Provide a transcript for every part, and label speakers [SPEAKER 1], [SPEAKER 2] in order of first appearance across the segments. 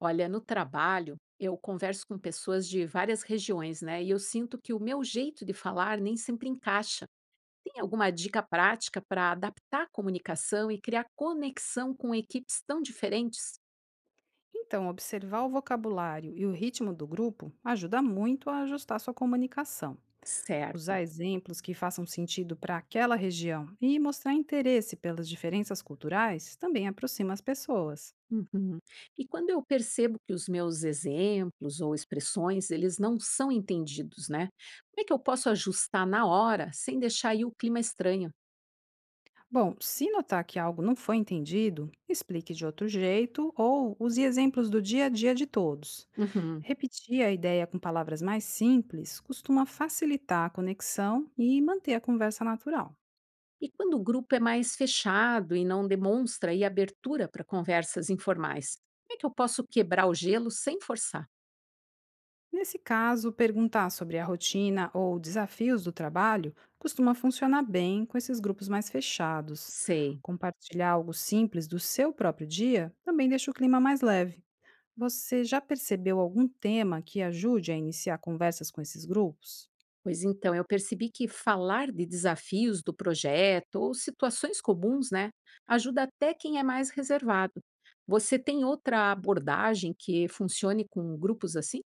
[SPEAKER 1] Olha, no trabalho, eu converso com pessoas de várias regiões, né? E eu sinto que o meu jeito de falar nem sempre encaixa. Tem alguma dica prática para adaptar a comunicação e criar conexão com equipes tão diferentes?
[SPEAKER 2] Então, observar o vocabulário e o ritmo do grupo ajuda muito a ajustar sua comunicação.
[SPEAKER 1] Certo.
[SPEAKER 2] Usar exemplos que façam sentido para aquela região e mostrar interesse pelas diferenças culturais também aproxima as pessoas.
[SPEAKER 1] Uhum. E quando eu percebo que os meus exemplos ou expressões, eles não são entendidos, né? Como é que eu posso ajustar na hora sem deixar aí o clima estranho?
[SPEAKER 2] Bom, se notar que algo não foi entendido, explique de outro jeito ou use exemplos do dia a dia de todos.
[SPEAKER 1] Uhum.
[SPEAKER 2] Repetir a ideia com palavras mais simples costuma facilitar a conexão e manter a conversa natural.
[SPEAKER 1] E quando o grupo é mais fechado e não demonstra aí abertura para conversas informais, como é que eu posso quebrar o gelo sem forçar?
[SPEAKER 2] Nesse caso, perguntar sobre a rotina ou desafios do trabalho costuma funcionar bem com esses grupos mais fechados.
[SPEAKER 1] Sei.
[SPEAKER 2] Compartilhar algo simples do seu próprio dia também deixa o clima mais leve. Você já percebeu algum tema que ajude a iniciar conversas com esses grupos?
[SPEAKER 1] Pois então, eu percebi que falar de desafios do projeto ou situações comuns, né, ajuda até quem é mais reservado. Você tem outra abordagem que funcione com grupos assim?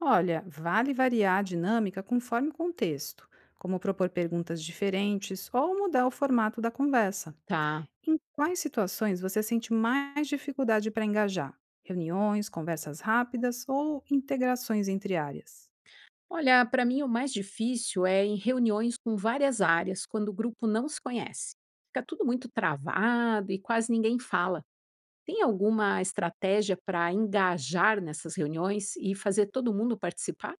[SPEAKER 2] Olha, vale variar a dinâmica conforme o contexto, como propor perguntas diferentes ou mudar o formato da conversa.
[SPEAKER 1] Tá.
[SPEAKER 2] Em quais situações você sente mais dificuldade para engajar? Reuniões, conversas rápidas ou integrações entre áreas?
[SPEAKER 1] Olha, para mim o mais difícil é em reuniões com várias áreas, quando o grupo não se conhece. Fica tudo muito travado e quase ninguém fala. Tem alguma estratégia para engajar nessas reuniões e fazer todo mundo participar?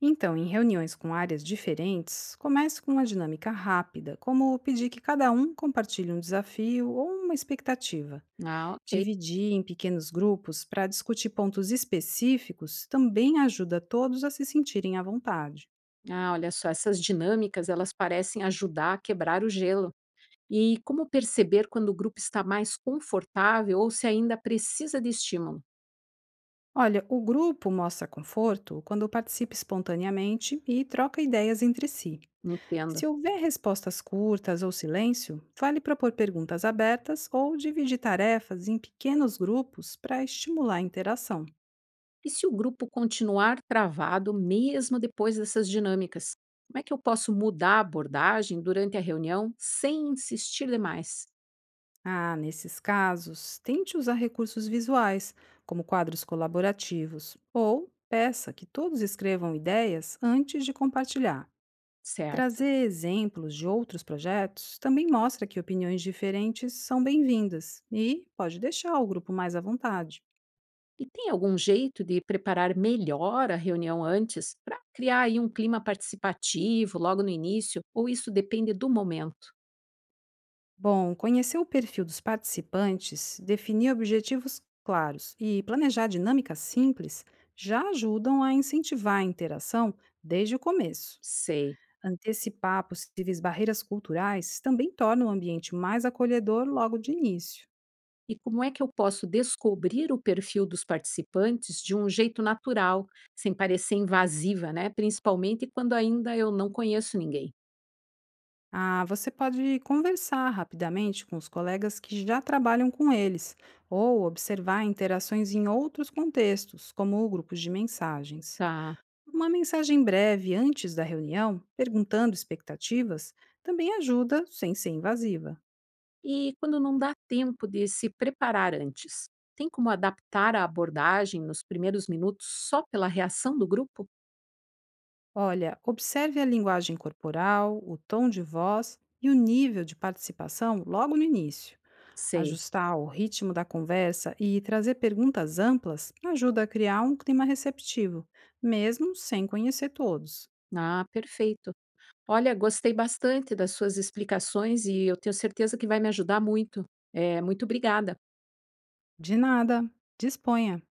[SPEAKER 2] Então, em reuniões com áreas diferentes, comece com uma dinâmica rápida, como pedir que cada um compartilhe um desafio ou uma expectativa.
[SPEAKER 1] Ah, ok.
[SPEAKER 2] Dividir em pequenos grupos para discutir pontos específicos também ajuda todos a se sentirem à vontade.
[SPEAKER 1] Ah, olha só, essas dinâmicas, elas parecem ajudar a quebrar o gelo. E como perceber quando o grupo está mais confortável ou se ainda precisa de estímulo?
[SPEAKER 2] Olha, o grupo mostra conforto quando participa espontaneamente e troca ideias entre si.
[SPEAKER 1] Entendo.
[SPEAKER 2] Se houver respostas curtas ou silêncio, vale propor perguntas abertas ou dividir tarefas em pequenos grupos para estimular a interação.
[SPEAKER 1] E se o grupo continuar travado mesmo depois dessas dinâmicas? Como é que eu posso mudar a abordagem durante a reunião sem insistir demais?
[SPEAKER 2] Ah, nesses casos, tente usar recursos visuais, como quadros colaborativos, ou peça que todos escrevam ideias antes de compartilhar.
[SPEAKER 1] Certo.
[SPEAKER 2] Trazer exemplos de outros projetos também mostra que opiniões diferentes são bem-vindas e pode deixar o grupo mais à vontade.
[SPEAKER 1] E tem algum jeito de preparar melhor a reunião antes para criar aí um clima participativo logo no início, ou isso depende do momento?
[SPEAKER 2] Bom, conhecer o perfil dos participantes, definir objetivos claros e planejar dinâmicas simples já ajudam a incentivar a interação desde o começo.
[SPEAKER 1] Sei.
[SPEAKER 2] Antecipar possíveis barreiras culturais também torna o ambiente mais acolhedor logo de início.
[SPEAKER 1] E como é que eu posso descobrir o perfil dos participantes de um jeito natural, sem parecer invasiva, né? Principalmente quando ainda eu não conheço ninguém.
[SPEAKER 2] Ah, você pode conversar rapidamente com os colegas que já trabalham com eles, ou observar interações em outros contextos, como grupos de mensagens.
[SPEAKER 1] Tá.
[SPEAKER 2] Uma mensagem breve antes da reunião, perguntando expectativas, também ajuda sem ser invasiva.
[SPEAKER 1] E quando não dá tempo de se preparar antes, tem como adaptar a abordagem nos primeiros minutos só pela reação do grupo?
[SPEAKER 2] Olha, observe a linguagem corporal, o tom de voz e o nível de participação logo no início.
[SPEAKER 1] Sei.
[SPEAKER 2] Ajustar o ritmo da conversa e trazer perguntas amplas ajuda a criar um clima receptivo, mesmo sem conhecer todos.
[SPEAKER 1] Ah, perfeito. Olha, gostei bastante das suas explicações e eu tenho certeza que vai me ajudar muito. Muito obrigada.
[SPEAKER 2] De nada, disponha!